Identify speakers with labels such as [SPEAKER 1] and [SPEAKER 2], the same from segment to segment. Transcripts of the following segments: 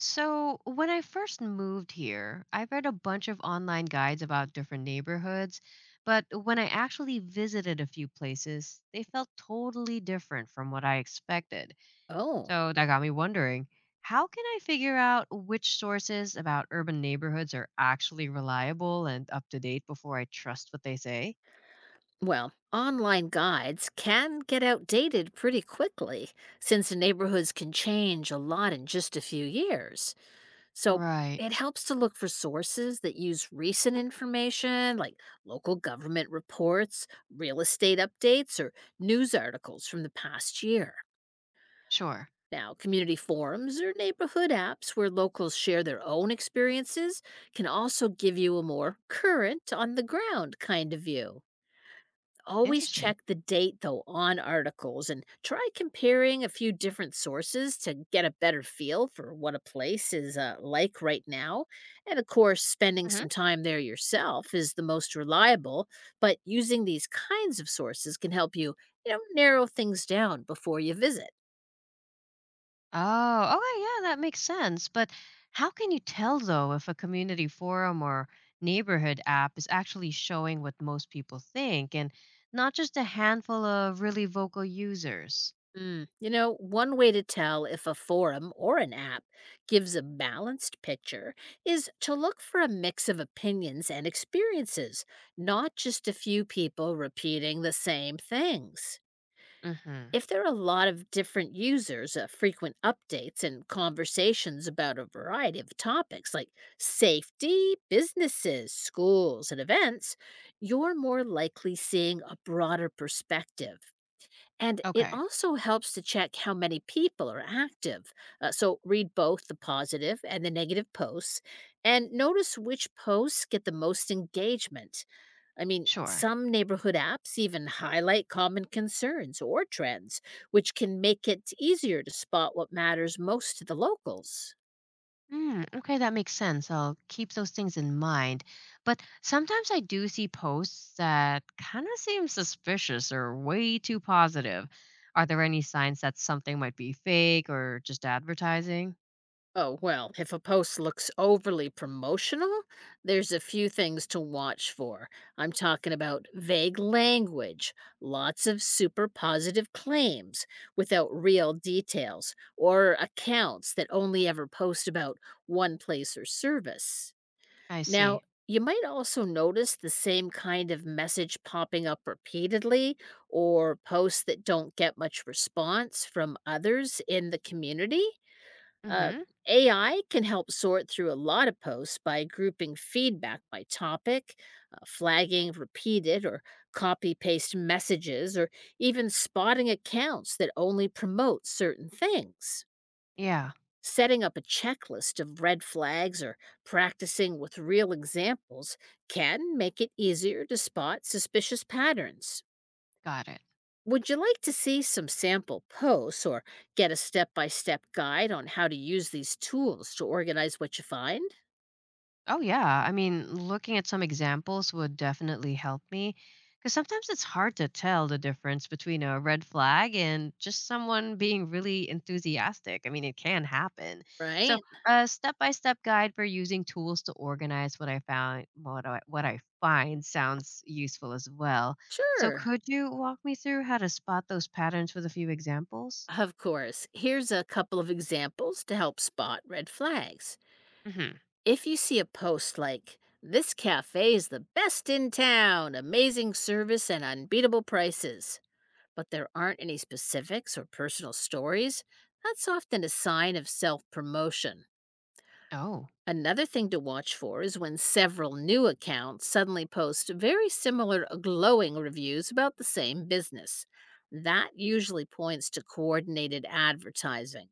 [SPEAKER 1] So, when I first moved here, I read a bunch of online guides about different neighborhoods, but when I actually visited a few places, they felt totally different from what I expected.
[SPEAKER 2] Oh,
[SPEAKER 1] So, that got me wondering, how can I figure out which sources about urban neighborhoods are actually reliable and up to date before I trust what they say?
[SPEAKER 2] well, online guides can get outdated pretty quickly since neighborhoods can change a lot in just a few years. So
[SPEAKER 1] Right.
[SPEAKER 2] it helps to look for sources that use recent information like local government reports, real estate updates, or news articles from the past year.
[SPEAKER 1] Sure.
[SPEAKER 2] Now, community forums or neighborhood apps where locals share their own experiences can also give you a more current, on the ground kind of view. Always
[SPEAKER 1] Interesting.
[SPEAKER 2] check the date, though, on articles and try comparing a few different sources to get a better feel for what a place is like right now. And of course, spending some time there yourself is the most reliable, but using these kinds of sources can help you narrow things down before you visit.
[SPEAKER 1] Oh, okay, yeah, that makes sense. But how can you tell, though, if a community forum or neighborhood app is actually showing what most people think and not just a handful of really vocal users?
[SPEAKER 2] Mm. You know, one way to tell if a forum or an app gives a balanced picture is to look for a mix of opinions and experiences, not just a few people repeating the same things.
[SPEAKER 1] Mhm.
[SPEAKER 2] If there are a lot of different users, frequent updates, and conversations about a variety of topics like safety, businesses, schools, and events, you're more likely seeing a broader perspective. And it
[SPEAKER 1] Okay.
[SPEAKER 2] also helps to check how many people are active. So read both the positive and the negative posts and notice which posts get the most engagement. I mean,
[SPEAKER 1] Sure.
[SPEAKER 2] some neighborhood apps even highlight common concerns or trends, which can make it easier to spot what matters most to the locals.
[SPEAKER 1] Mm, okay, that makes sense. I'll keep those things in mind. But sometimes I do see posts that kind of seem suspicious or way too positive. Are there any signs that something might be fake or just advertising?
[SPEAKER 2] Oh, well, if a post looks overly promotional, there's a few things to watch for. I'm talking about vague language, lots of super positive claims without real details, or accounts that only ever post about one place or service.
[SPEAKER 1] I
[SPEAKER 2] Now,
[SPEAKER 1] see.
[SPEAKER 2] you might also notice the same kind of message popping up repeatedly, or posts that don't get much response from others in the community. Uh,
[SPEAKER 1] Mm-hmm.
[SPEAKER 2] AI can help sort through a lot of posts by grouping feedback by topic, flagging repeated or copy paste messages, or even spotting accounts that only promote certain things.
[SPEAKER 1] Yeah,
[SPEAKER 2] Setting up a checklist of red flags or practicing with real examples can make it easier to spot suspicious patterns.
[SPEAKER 1] got it.
[SPEAKER 2] Would you like to see some sample posts or get a step by step guide on how to use these tools to organize what you find?
[SPEAKER 1] Oh, yeah. I mean, looking at some examples would definitely help me, because sometimes it's hard to tell the difference between a red flag and just someone being really enthusiastic. I mean, it can happen. So,
[SPEAKER 2] Right?
[SPEAKER 1] a step-by-step guide for using tools to organize what I found, what I find sounds useful as well. So,
[SPEAKER 2] Sure.
[SPEAKER 1] could you walk me through how to spot those patterns with a few examples?
[SPEAKER 2] Of course. Here's a couple of examples to help spot red flags.
[SPEAKER 1] Mm-hmm.
[SPEAKER 2] If you see a post like, "This cafe is the best in town, amazing service and unbeatable prices," but there aren't any specifics or personal stories, that's often a sign of self promotion.
[SPEAKER 1] Oh,
[SPEAKER 2] Another thing to watch for is when several new accounts suddenly post very similar glowing reviews about the same business. That usually points to coordinated advertising.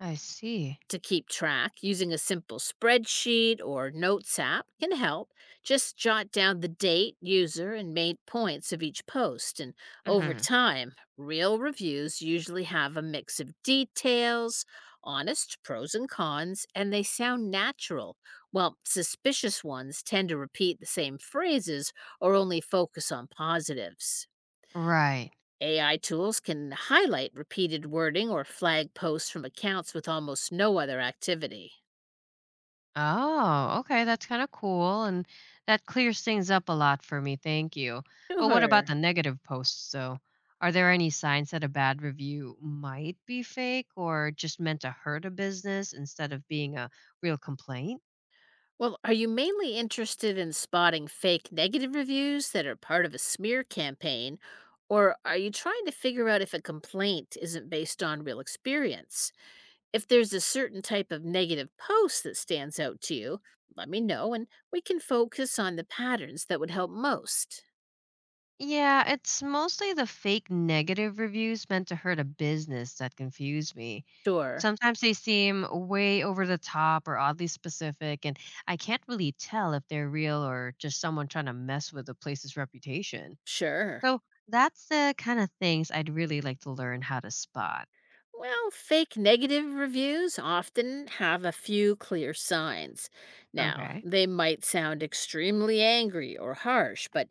[SPEAKER 1] I see.
[SPEAKER 2] To keep track, using a simple spreadsheet or notes app can help. Just jot down the date, user, and main points of each post. And over
[SPEAKER 1] Mm-hmm.
[SPEAKER 2] time, real reviews usually have a mix of details, honest pros and cons, and they sound natural, while suspicious ones tend to repeat the same phrases or only focus on positives.
[SPEAKER 1] Right.
[SPEAKER 2] AI tools can highlight repeated wording or flag posts from accounts with almost no other activity.
[SPEAKER 1] Oh, okay. That's kind of cool. And that clears things up a lot for me. Thank you. But what about the
[SPEAKER 2] Sure.
[SPEAKER 1] negative posts, though? Are there any signs that a bad review might be fake or just meant to hurt a business instead of being a real complaint?
[SPEAKER 2] Well, are you mainly interested in spotting fake negative reviews that are part of a smear campaign, or are you trying to figure out if a complaint isn't based on real experience? If there's a certain type of negative post that stands out to you, let me know and we can focus on the patterns that would help most.
[SPEAKER 1] Yeah, it's mostly the fake negative reviews meant to hurt a business that confuse me.
[SPEAKER 2] Sure.
[SPEAKER 1] Sometimes they seem way over the top or oddly specific, and I can't really tell if they're real or just someone trying to mess with the place's reputation.
[SPEAKER 2] Sure.
[SPEAKER 1] So that's the kind of things I'd really like to learn how to spot.
[SPEAKER 2] Well, fake negative reviews often have a few clear signs. Now,
[SPEAKER 1] Okay.
[SPEAKER 2] they might sound extremely angry or harsh, but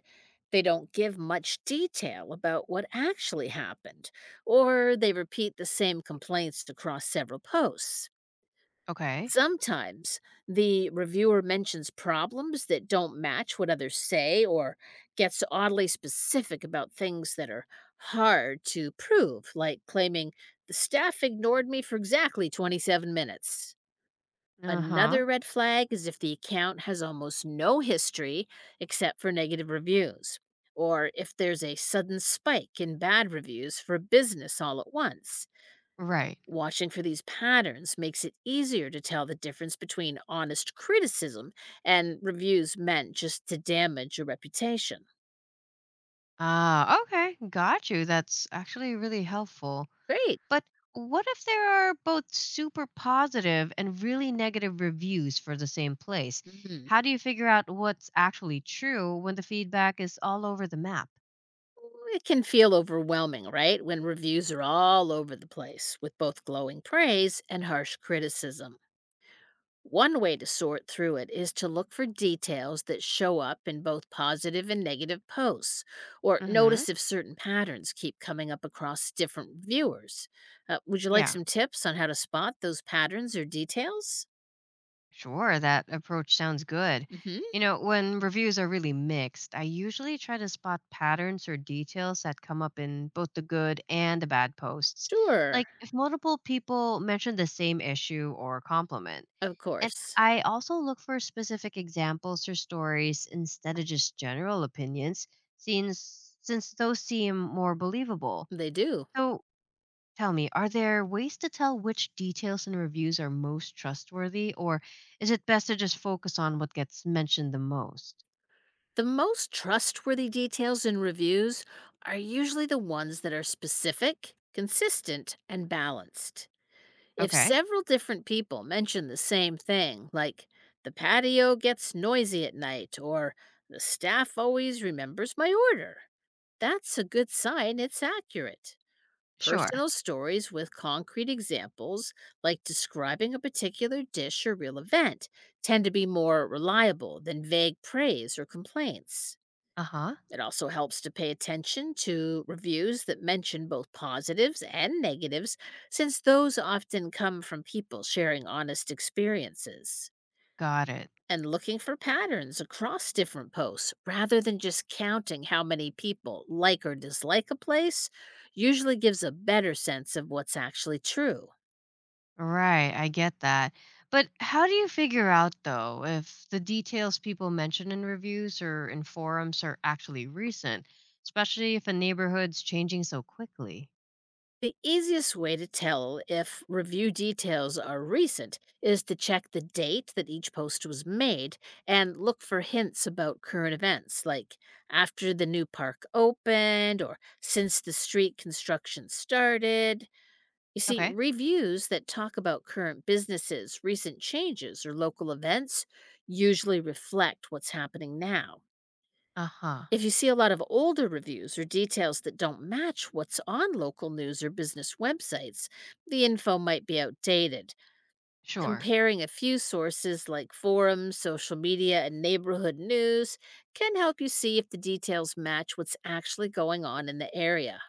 [SPEAKER 2] they don't give much detail about what actually happened, or they repeat the same complaints across several posts.
[SPEAKER 1] Okay.
[SPEAKER 2] Sometimes the reviewer mentions problems that don't match what others say or gets oddly specific about things that are hard to prove, like claiming the staff ignored me for exactly 27 minutes.
[SPEAKER 1] Uh huh.
[SPEAKER 2] Another red flag is if the account has almost no history except for negative reviews, or if there's a sudden spike in bad reviews for business all at once.
[SPEAKER 1] Right.
[SPEAKER 2] Watching for these patterns makes it easier to tell the difference between honest criticism and reviews meant just to damage your reputation.
[SPEAKER 1] Ah, okay. Got you. That's actually really helpful.
[SPEAKER 2] Great.
[SPEAKER 1] But what if there are both super positive and really negative reviews for the same place?
[SPEAKER 2] Mhm.
[SPEAKER 1] How do you figure out what's actually true when the feedback is all over the map?
[SPEAKER 2] It can feel overwhelming, right? When reviews are all over the place with both glowing praise and harsh criticism. One way to sort through it is to look for details that show up in both positive and negative posts, or
[SPEAKER 1] Mhm.
[SPEAKER 2] notice if certain patterns keep coming up across different viewers. Would you like
[SPEAKER 1] Yeah.
[SPEAKER 2] some tips on how to spot those patterns or details?
[SPEAKER 1] Sure, that approach sounds good.
[SPEAKER 2] Hmm.
[SPEAKER 1] You know, when reviews are really mixed, I usually try to spot patterns or details that come up in both the good and the bad posts,
[SPEAKER 2] Sure,
[SPEAKER 1] like if multiple people mention the same issue or compliment.
[SPEAKER 2] of
[SPEAKER 1] And
[SPEAKER 2] course,
[SPEAKER 1] I also look for specific examples or stories instead of just general opinions, since those seem more believable.
[SPEAKER 2] they do.
[SPEAKER 1] So tell me, are there ways to tell which details and reviews are most trustworthy, or is it best to just focus on what gets mentioned the most?
[SPEAKER 2] The most trustworthy details in reviews are usually the ones that are specific, consistent, and balanced. If
[SPEAKER 1] Okay,
[SPEAKER 2] several different people mention the same thing, like the patio gets noisy at night or the staff always remembers my order, that's a good sign it's accurate.
[SPEAKER 1] sure.
[SPEAKER 2] Personal stories with concrete examples, like describing a particular dish or real event, tend to be more reliable than vague praise or complaints.
[SPEAKER 1] Uh huh.
[SPEAKER 2] It also helps to pay attention to reviews that mention both positives and negatives, since those often come from people sharing honest experiences.
[SPEAKER 1] Got it.
[SPEAKER 2] And looking for patterns across different posts rather than just counting how many people like or dislike a place usually gives a better sense of what's actually true.
[SPEAKER 1] Right, I get that. But how do you figure out, though, if the details people mention in reviews or in forums are actually recent, especially if a neighborhood's changing so quickly?
[SPEAKER 2] The easiest way to tell if review details are recent is to check the date that each post was made and look for hints about current events, like after the new park opened or since the street construction started. You see,
[SPEAKER 1] Okay.
[SPEAKER 2] reviews that talk about current businesses, recent changes, or local events usually reflect what's happening now.
[SPEAKER 1] Uh huh.
[SPEAKER 2] If you see a lot of older reviews or details that don't match what's on local news or business websites, the info might be outdated.
[SPEAKER 1] Sure.
[SPEAKER 2] Comparing a few sources like forums, social media, and neighborhood news can help you see if the details match what's actually going on in the area.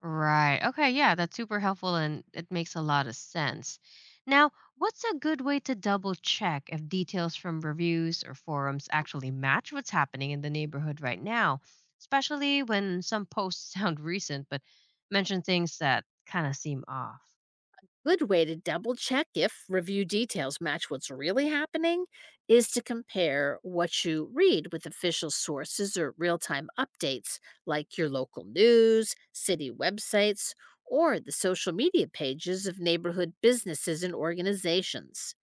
[SPEAKER 1] Right. Okay. Yeah, that's super helpful and it makes a lot of sense. Now, what's a good way to double check if details from reviews or forums actually match what's happening in the neighborhood right now, especially when some posts sound recent but mention things that kind of seem off?
[SPEAKER 2] Good way to double check if review details match what's really happening is to compare what you read with official sources or real time updates like your local news, city websites, or the social media pages of neighborhood businesses and organizations.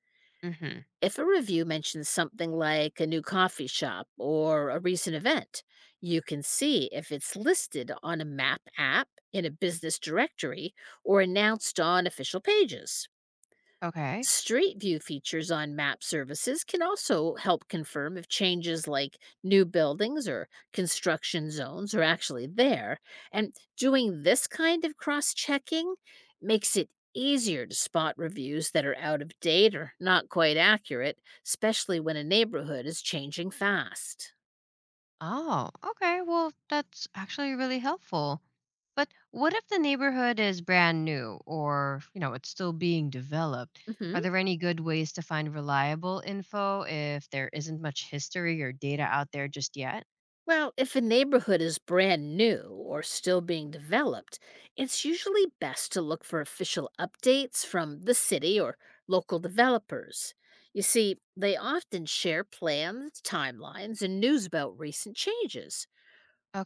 [SPEAKER 1] Mhm.
[SPEAKER 2] If a review mentions something like a new coffee shop or a recent event, you can see if it's listed on a map app, in a business directory, or announced on official pages.
[SPEAKER 1] Okay.
[SPEAKER 2] Street view features on map services can also help confirm if changes like new buildings or construction zones are actually there. And doing this kind of cross checking makes it easier to spot reviews that are out of date or not quite accurate, especially when a neighborhood is changing fast.
[SPEAKER 1] Oh, okay. Well, that's actually really helpful. But what if the neighborhood is brand new or, you know, it's still being developed?
[SPEAKER 2] Mhm.
[SPEAKER 1] Are there any good ways to find reliable info if there isn't much history or data out there just yet?
[SPEAKER 2] Well, if a neighborhood is brand new or still being developed, it's usually best to look for official updates from the city or local developers. You see, they often share plans, timelines, and news about recent changes.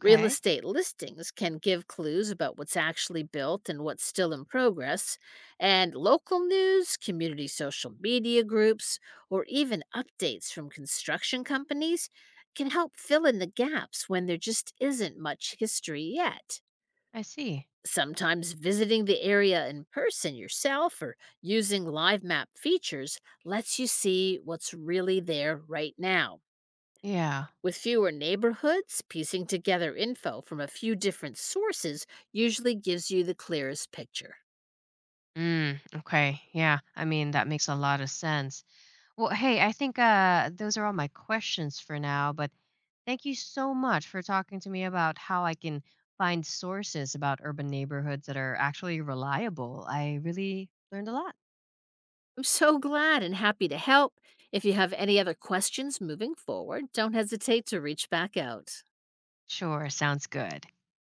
[SPEAKER 2] Real estate listings can give clues about what's actually built and what's still in progress, and local news, community social media groups, or even updates from construction companies can help fill in the gaps when there just isn't much history yet.
[SPEAKER 1] I see.
[SPEAKER 2] Sometimes visiting the area in person yourself or using live map features lets you see what's really there right now.
[SPEAKER 1] Yeah.
[SPEAKER 2] With fewer neighborhoods, piecing together info from a few different sources usually gives you the clearest picture.
[SPEAKER 1] Mm, okay. Yeah. I mean, that makes a lot of sense. Well, hey, I think those are all my questions for now, but thank you so much for talking to me about how I can find sources about urban neighborhoods that are actually reliable. I really learned a lot.
[SPEAKER 2] I'm so glad and happy to help. If you have any other questions moving forward, don't hesitate to reach back out.
[SPEAKER 1] Sure, sounds good.